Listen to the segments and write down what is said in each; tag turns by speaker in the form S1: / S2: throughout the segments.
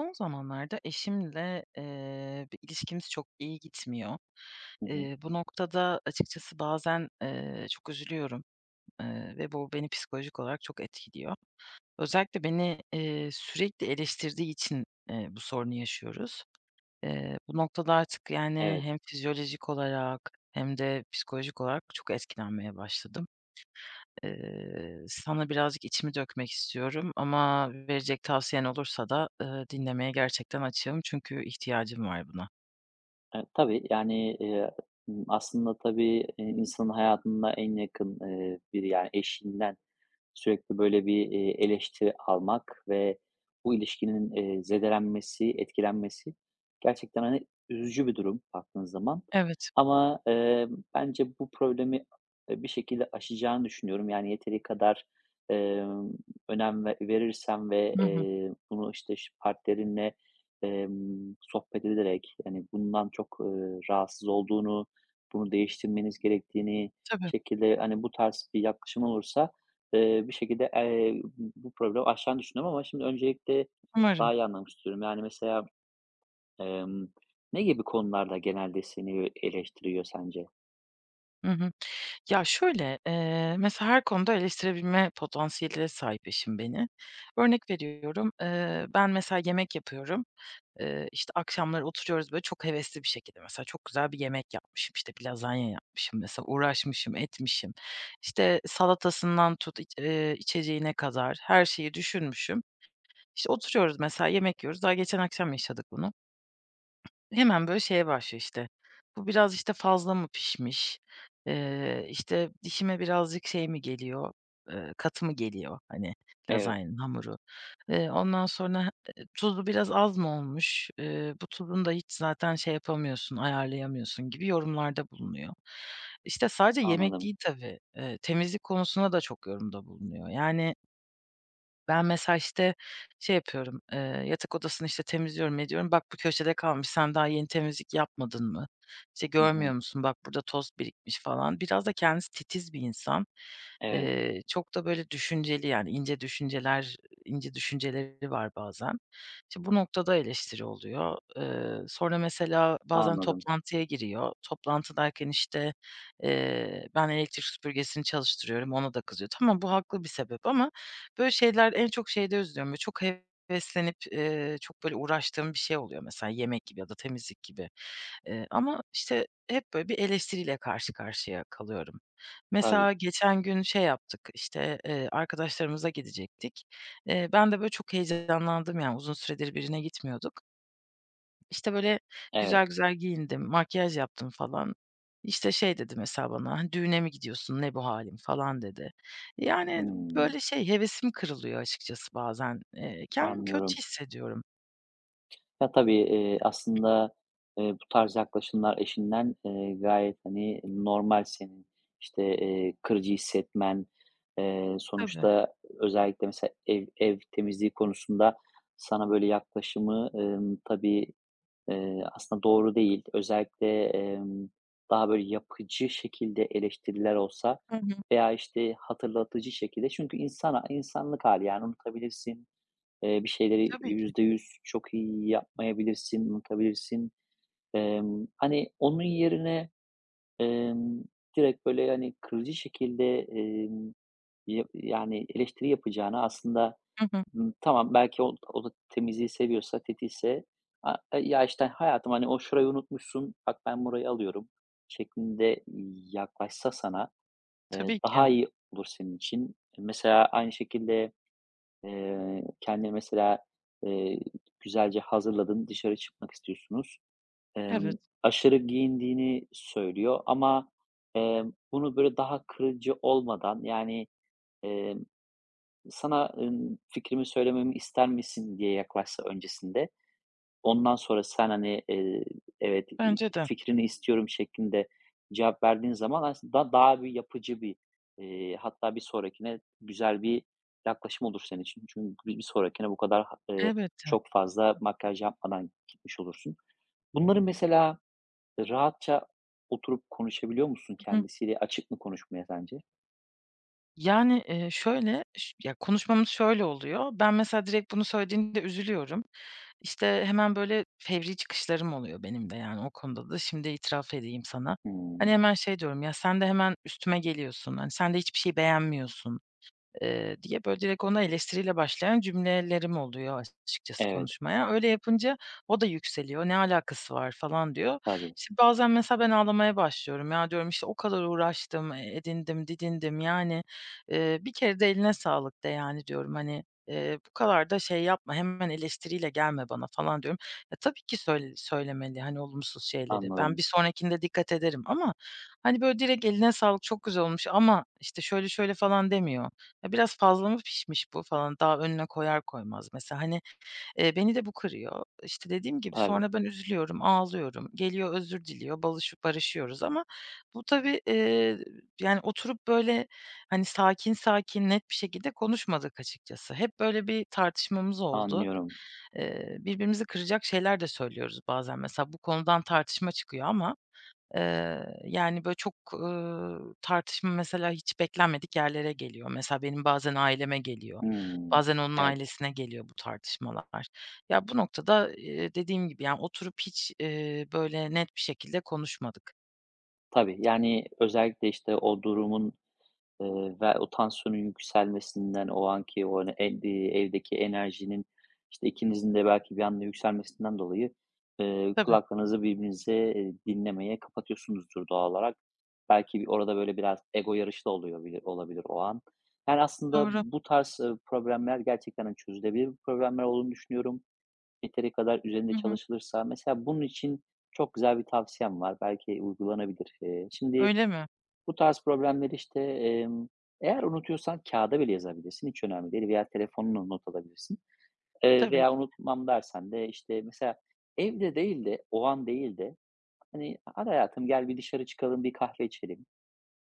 S1: Son zamanlarda eşimle, bir ilişkimiz çok iyi gitmiyor.
S2: Hı hı.
S1: Bu noktada açıkçası bazen, çok üzülüyorum, ve bu beni psikolojik olarak çok etkiliyor. Özellikle beni, sürekli eleştirdiği için, bu sorunu yaşıyoruz. Bu noktada artık yani
S2: Evet.
S1: hem fizyolojik olarak hem de psikolojik olarak çok etkilenmeye başladım. Sana birazcık içimi dökmek istiyorum ama verecek tavsiyen olursa da, dinlemeye gerçekten açığım çünkü ihtiyacım var buna.
S2: Tabii, yani, aslında tabii, insanın hayatında en yakın, biri, yani, eşinden sürekli böyle bir, eleştiri almak ve bu ilişkinin, zedelenmesi, etkilenmesi gerçekten, hani, üzücü bir durum baktığın zaman.
S1: Evet.
S2: Ama, bence bu problemi, bir şekilde aşacağını düşünüyorum. Yani, yeteri kadar, emm, önem ve verirsen ve,
S1: Hı hı.
S2: bunu, işte, partnerinle. Sohbet edilerek, yani, bundan çok, rahatsız olduğunu, bunu değiştirmeniz gerektiğini
S1: Tabii,
S2: şekilde, hani, bu tarz bir yaklaşım olursa, bir şekilde, bu problemi aşacağını düşünüyorum ama şimdi öncelikle
S1: umarım.
S2: daha iyi anlamak istiyorum. Yani, mesela, emm, ne gibi konularda genelde seni eleştiriyor sence?
S1: Hı hı. Ya, şöyle, mesela her konuda eleştirebilme potansiyeline sahip eşim beni. Örnek veriyorum, ben mesela yemek yapıyorum. İşte, akşamları oturuyoruz, böyle, çok hevesli bir şekilde mesela çok güzel bir yemek yapmışım, işte, bir lazanya yapmışım mesela, uğraşmışım, etmişim. İşte, salatasından tut, iç içeceğine kadar her şeyi düşünmüşüm. İşte, oturuyoruz mesela yemek yiyoruz. Daha geçen akşam yaşadık bunu. Hemen, böyle, şeye başlıyor, işte, bu biraz, işte, fazla mı pişmiş, işte, dişime birazcık şey mi geliyor, katı mı geliyor, hani,
S2: Evet,
S1: lazanyanın hamuru. Ondan sonra, tuzu biraz az mı olmuş, bu tuzunu da hiç zaten şey yapamıyorsun, ayarlayamıyorsun gibi yorumlarda bulunuyor. İşte, sadece yemek
S2: anladım.
S1: değil tabii, temizlik konusuna da çok yorumda bulunuyor. Yani ben mesela, işte, şey yapıyorum, yatak odasını, işte, temizliyorum, ediyorum. "Bak bu köşede kalmış, sen daha yeni temizlik yapmadın mı? İşte,
S2: Hı
S1: görmüyor
S2: hı.
S1: musun? Bak burada toz birikmiş." falan. Biraz da kendisi titiz bir insan.
S2: Evet,
S1: Çok da böyle düşünceli, yani, ince düşünceleri var bazen. İşte, bu noktada eleştiri oluyor. Sonra mesela bazen
S2: anladım.
S1: toplantıya giriyor. Toplantıdayken, işte, ben elektrik süpürgesini çalıştırıyorum, ona da kızıyor. Tamam, bu haklı bir sebep ama böyle şeyler en çok şeyde özlüyorum, böyle çok heveslenip, çok böyle uğraştığım bir şey oluyor mesela yemek gibi ya da temizlik gibi. Ama işte hep böyle bir eleştiriyle karşı karşıya kalıyorum.
S2: Tabii,
S1: Mesela geçen gün şey yaptık, işte, arkadaşlarımıza gidecektik. Ben de böyle çok heyecanlandım yani uzun süredir birine gitmiyorduk. İşte, böyle,
S2: evet.
S1: güzel güzel giyindim, makyaj yaptım falan. İşte, şey dedi mesela bana, "Hani, düğüne mi gidiyorsun, ne bu hâlin?" falan dedi. Yani,
S2: Hımm,
S1: böyle, şey, hevesim kırılıyor açıkçası bazen. Kendimi kötü
S2: anlıyorum.
S1: hissediyorum.
S2: Ya, tabii, aslında, bu tarz yaklaşımlar eşinden, gayet, hani, normal senin, işte, kırıcı hissetmen.
S1: Tabii.
S2: Sonuçta özellikle mesela ev temizliği konusunda sana böyle yaklaşımı, tabii, aslında doğru değil. Özellikle, daha böyle yapıcı şekilde eleştiriler olsa
S1: Hı hı.
S2: veya, işte, hatırlatıcı şekilde çünkü insana insanlık hali yani, unutabilirsin. Bir şeyleri
S1: Tabii ki.
S2: %100 çok iyi yapmayabilirsin, unutabilirsin. Hani, onun yerine, emm, direkt, böyle, hani, kırıcı şekilde, ya yani, eleştiri yapacağına aslında,
S1: Hı hı.
S2: tamam belki o da temizliği seviyorsa, titizse, a e "Ya, işte, hayatım, hani, o şurayı unutmuşsun, bak ben burayı alıyorum." şeklinde yaklaşsa sana,
S1: Tabii ki.
S2: daha iyi olur senin için. Mesela aynı şekilde, kendini mesela, eee, güzelce hazırladın, dışarı çıkmak istiyorsunuz.
S1: Evet.
S2: Emm, aşırı giyindiğini söylüyor ama, bunu böyle daha kırıcı olmadan, yani, emm, sana, "Fikrimi söylememi ister misin?" diye yaklaşsa öncesinde. Ondan sonra sen, hani, evet,
S1: Bence de.
S2: fikrini istiyorum şeklinde cevap verdiğin zaman aslında daha bir yapıcı bir, hatta bir sonrakine güzel bir yaklaşım olur senin için. Çünkü bir sonrakine bu kadar
S1: Elbette.
S2: çok fazla makyaj yapmadan gitmiş olursun. Bunları mesela rahatça oturup konuşabiliyor musun
S1: Hı hı.
S2: kendisiyle? Açık mı konuşmaya sence?
S1: Yani, şöyle, ya, konuşmamız şöyle oluyor. Ben mesela direkt bunu söylediğinde üzülüyorum. İşte, hemen böyle fevri çıkışlarım oluyor benim de, yani, o konuda da şimdi itiraf edeyim sana. Hani,
S2: Hımm.
S1: hemen şey diyorum, "Ya, sen de hemen üstüme geliyorsun. Hani, sen de hiçbir şeyi beğenmiyorsun. Diye, böyle, direkt ona eleştiriyle başlayan cümlelerim oluyor açıkçası
S2: Evet,
S1: konuşmaya. Öyle yapınca o da yükseliyor. "Ne alakası var?" falan diyor.
S2: tabii.
S1: İşte, bazen mesela ben ağlamaya başlıyorum. Ya, diyorum, işte, o kadar uğraştım, edindim, didindim, yani, bir kere de eline sağlık de, yani, diyorum. Hani, bu kadar da şey yapma, hemen eleştiriyle gelme bana falan diyorum. E, tabii ki söylemeli, hani, olumsuz şeyleri. Ben bir
S2: Anladım.
S1: sonrakinde dikkat ederim ama, hani, böyle, direkt eline sağlık, çok güzel olmuş ama, işte, şöyle şöyle falan demiyor. Ya, biraz fazla mı pişmiş bu falan, daha önüne koyar koymaz mesela, hani, beni de bu kırıyor. İşte, dediğim gibi
S2: Tabii,
S1: sonra ben üzülüyorum, ağlıyorum. Geliyor, özür diliyor, barışıyoruz ama bu tabii, yani, oturup böyle, hani, sakin sakin net bir şekilde konuşmadık açıkçası. Hep böyle bir tartışmamız oldu.
S2: anlıyorum.
S1: Birbirimizi kıracak şeyler de söylüyoruz bazen. Mesela bu konudan tartışma çıkıyor ama yani, böyle, çok, tartışma mesela hiç beklenmedik yerlere geliyor. Mesela benim bazen aileme geliyor,
S2: Hımm.
S1: bazen onun
S2: Evet,
S1: ailesine geliyor bu tartışmalar. Ya, bu noktada, dediğim gibi, yani, oturup hiç, böyle, net bir şekilde konuşmadık.
S2: tabii. Yani, özellikle, işte, o durumun. Ve o tansiyonun yükselmesinden, o anki o, hani, evdeki enerjinin, işte, ikinizin de belki bir anda yükselmesinden dolayı,
S1: Tabii,
S2: kulaklarınızı birbirinize, dinlemeye kapatıyorsunuzdur doğal olarak. Belki bir orada, böyle, biraz ego yarışı da oluyor bilir olabilir o an. Yani, aslında
S1: doğru.
S2: bu tarz, problemler gerçekten, hani, çözülebilir problemler olduğunu düşünüyorum. Yeteri kadar üzerinde
S1: Hı hı.
S2: çalışılırsa. Mesela bunun için çok güzel bir tavsiyem var. Belki uygulanabilir. Şimdi
S1: Öyle mi?
S2: bu tarz problemleri, işte, eğer unutuyorsan kağıda bile yazabilirsin, hiç önemli değil veya telefonuna not alabilirsin,
S1: Tabii ki.
S2: veya unutmam dersen de, işte, mesela evde değil de, o an değil de, hani, "Hadi hayatım gel bir dışarı çıkalım, bir kahve içelim."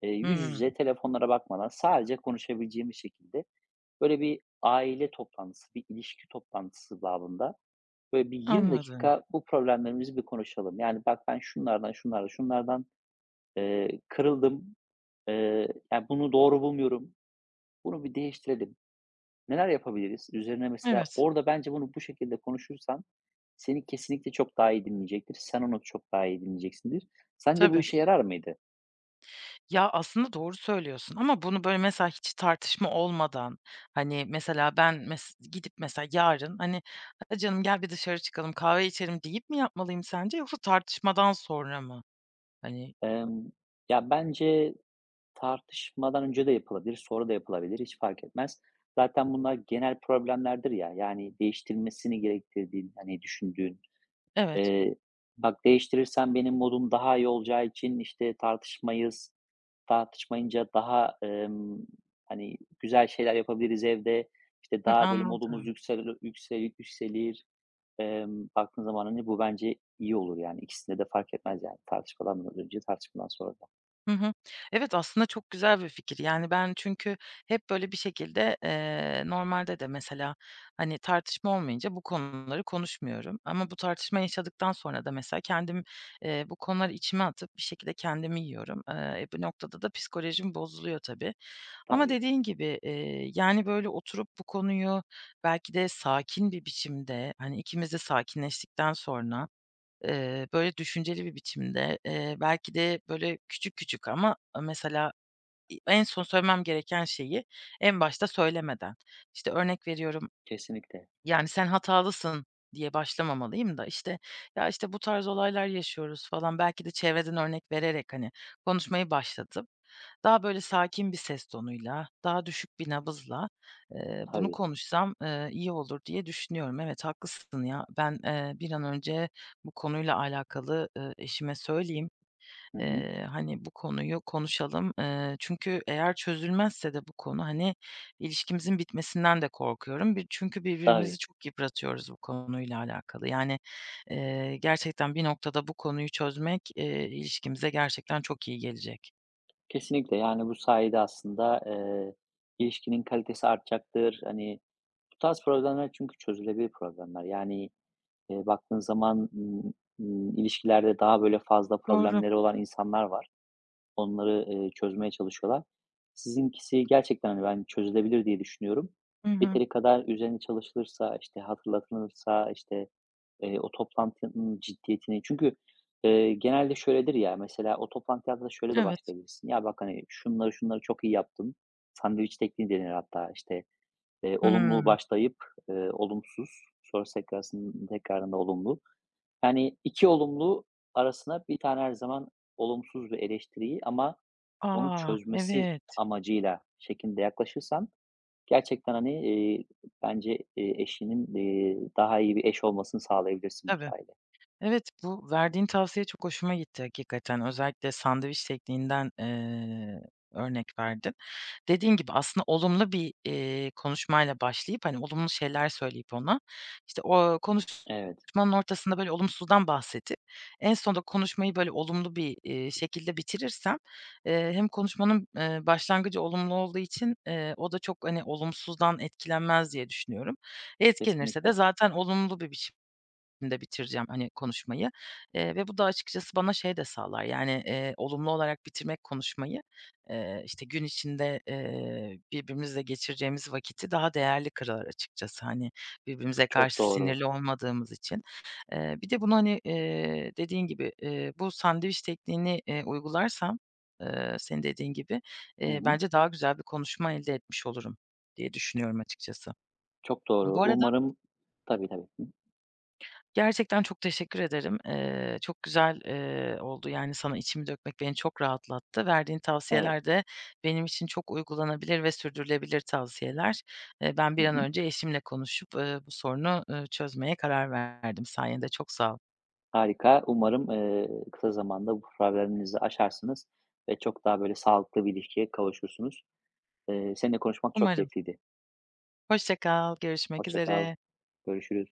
S2: Yüz
S1: Hımm,
S2: yüze telefonlara bakmadan sadece konuşabileceğimiz şekilde, böyle, bir aile toplantısı, bir ilişki toplantısı babında, böyle, bir 20
S1: anladım.
S2: dakika bu problemlerimizi bir konuşalım. Yani, "Bak ben şunlardan, şunlardan, şunlardan, kırıldım. Eee, ya, bunu doğru bulmuyorum. Bunu bir değiştirelim. Neler yapabiliriz?" Üzerine mesela
S1: Evet,
S2: orada bence bunu bu şekilde konuşursan seni kesinlikle çok daha iyi dinleyecektir. Sen onu çok daha iyi dinleyeceksindir. Sence bu
S1: tabii.
S2: işe yarar mıydı?
S1: Ya, aslında doğru söylüyorsun ama bunu, böyle, mesela hiç tartışma olmadan, hani, mesela ben gidip mesela yarın, hani, "Hadi canım gel bir dışarı çıkalım, kahve içelim." deyip mi yapmalıyım sence yoksa tartışmadan sonra mı? Hani
S2: Emm, ya, bence tartışmadan önce de yapılabilir, sonra da yapılabilir, hiç fark etmez. Zaten bunlar genel problemlerdir ya, yani değiştirilmesini gerektirdiğin, hani, düşündüğün.
S1: Evet.
S2: Eee, "Bak değiştirirsen benim modum daha iyi olacağı için, işte, tartışmayız. Tartışmayınca daha, hani, güzel şeyler yapabiliriz evde. İşte,
S1: Hı,
S2: daha böyle modumuz
S1: anladım.
S2: yükselir." Baktığın zaman, hani, bu bence iyi olur yani. İkisinde de fark etmez yani. Tartışmadan önce, tartışmadan sonra da.
S1: Hı hı. Evet, aslında çok güzel bir fikir. Yani, ben çünkü hep böyle bir şekilde, normalde de mesela, hani, tartışma olmayınca bu konuları konuşmuyorum ama bu tartışma yaşadıktan sonra da mesela kendim, bu konuları içime atıp bir şekilde kendimi yiyorum. Bu noktada da psikolojim bozuluyor tabii ama
S2: Tabii,
S1: dediğin gibi, yani, böyle oturup bu konuyu belki de sakin bir biçimde, hani, ikimiz de sakinleştikten sonra, böyle, düşünceli bir biçimde, belki de, böyle, küçük küçük ama mesela en son söylemem gereken şeyi en başta söylemeden, işte, örnek veriyorum,
S2: kesinlikle.
S1: yani, "Sen hatalısın." diye başlamamalıyım da, işte, "Ya, işte, bu tarz olaylar yaşıyoruz." falan belki de çevreden örnek vererek, hani, konuşmayı başlatıp daha böyle sakin bir ses tonuyla, daha düşük bir nabızla, bunu
S2: Tabii.
S1: konuşsam, iyi olur diye düşünüyorum. Evet, haklısın ya. Ben, bir an önce bu konuyla alakalı, eşime söyleyeyim.
S2: Hı hı.
S1: Hani, bu konuyu konuşalım. Çünkü eğer çözülmezse de bu konu, hani, ilişkimizin bitmesinden de korkuyorum. Çünkü
S2: Tabii.
S1: birbirimizi çok yıpratıyoruz bu konuyla alakalı. Yani, gerçekten bir noktada bu konuyu çözmek, ilişkimize gerçekten çok iyi gelecek.
S2: Kesinlikle. Yani bu sayede aslında, ilişkinin kalitesi artacaktır. Hani, bu tarz problemler çünkü çözülebilir problemler. Yani, baktığın zaman, ilişkilerde daha böyle fazla
S1: Doğru.
S2: problemleri olan insanlar var. Onları, çözmeye çalışıyorlar. Sizinkisi gerçekten, hani, ben çözülebilir diye düşünüyorum.
S1: Hı hı.
S2: Yeteri kadar üzerine çalışılırsa, işte, hatırlatılırsa, işte, o toplantının ciddiyetini. Çünkü, genelde şöyledir ya, mesela o toplantıya da şöyle de
S1: Evet.
S2: başlayabilirsin. "Ya, bak, hani, şunları şunları çok iyi yaptın." Sandviç tekniği denir hatta, işte, olumlu
S1: Hımm.
S2: başlayıp, olumsuz, sonra tekrarın tekrarında olumlu. Yani 2 olumlu arasına bir tane her zaman olumsuz bir eleştiriyi ama onu
S1: A!
S2: çözmesi
S1: Evet,
S2: amacıyla şeklinde yaklaşırsan gerçekten, hani, bence, eşinin, daha iyi bir eş olmasını sağlayabilirsin bu
S1: tabii.
S2: sayede.
S1: Evet, bu verdiğin tavsiye çok hoşuma gitti hakikaten. Özellikle sandviç tekniğinden, örnek verdin. Dediğin gibi aslında olumlu bir, konuşmayla başlayıp, hani, olumlu şeyler söyleyip ona, işte, o
S2: Evet,
S1: konuşmanın ortasında böyle olumsuzdan bahsedip en sonunda konuşmayı böyle olumlu bir, şekilde bitirirsem, hem konuşmanın, başlangıcı olumlu olduğu için, o da çok, hani, olumsuzdan etkilenmez diye düşünüyorum. Etkilenirse de
S2: kesinlikle.
S1: zaten olumlu bir biçim şeklinde bitireceğim, hani, konuşmayı, ve bu da açıkçası bana şey de sağlar, yani, olumlu olarak bitirmek konuşmayı, işte, gün içinde, birbirimizle geçireceğimiz vakiti daha değerli kılar açıkçası, hani, birbirimize
S2: Çok
S1: karşı
S2: doğru.
S1: sinirli olmadığımız için. Bir de bunu, hani, dediğin gibi, bu sandviç tekniğini, uygularsam, senin dediğin gibi,
S2: Hı hı.
S1: bence daha güzel bir konuşma elde etmiş olurum diye düşünüyorum açıkçası.
S2: Çok doğru.
S1: Bu arada
S2: Umarım. Tabii, tabii. Hı.
S1: gerçekten çok teşekkür ederim. Çok güzel, oldu, yani, sana içimi dökmek beni çok rahatlattı. Verdiğin
S2: Evet.
S1: tavsiyeler de benim için çok uygulanabilir ve sürdürülebilir tavsiyeler. Ben
S2: Hı
S1: bir an
S2: hı.
S1: önce eşimle konuşup, bu sorunu, çözmeye karar verdim sayende. Çok sağ ol.
S2: Harika. Umarım, kısa zamanda bu problemlerinizi aşarsınız ve çok daha böyle sağlıklı bir ilişkiye kavuşursunuz. Seninle konuşmak çok
S1: Umarım.
S2: keyifliydi.
S1: Hoşça kal, görüşmek
S2: Hoşça kal,
S1: üzere.
S2: görüşürüz.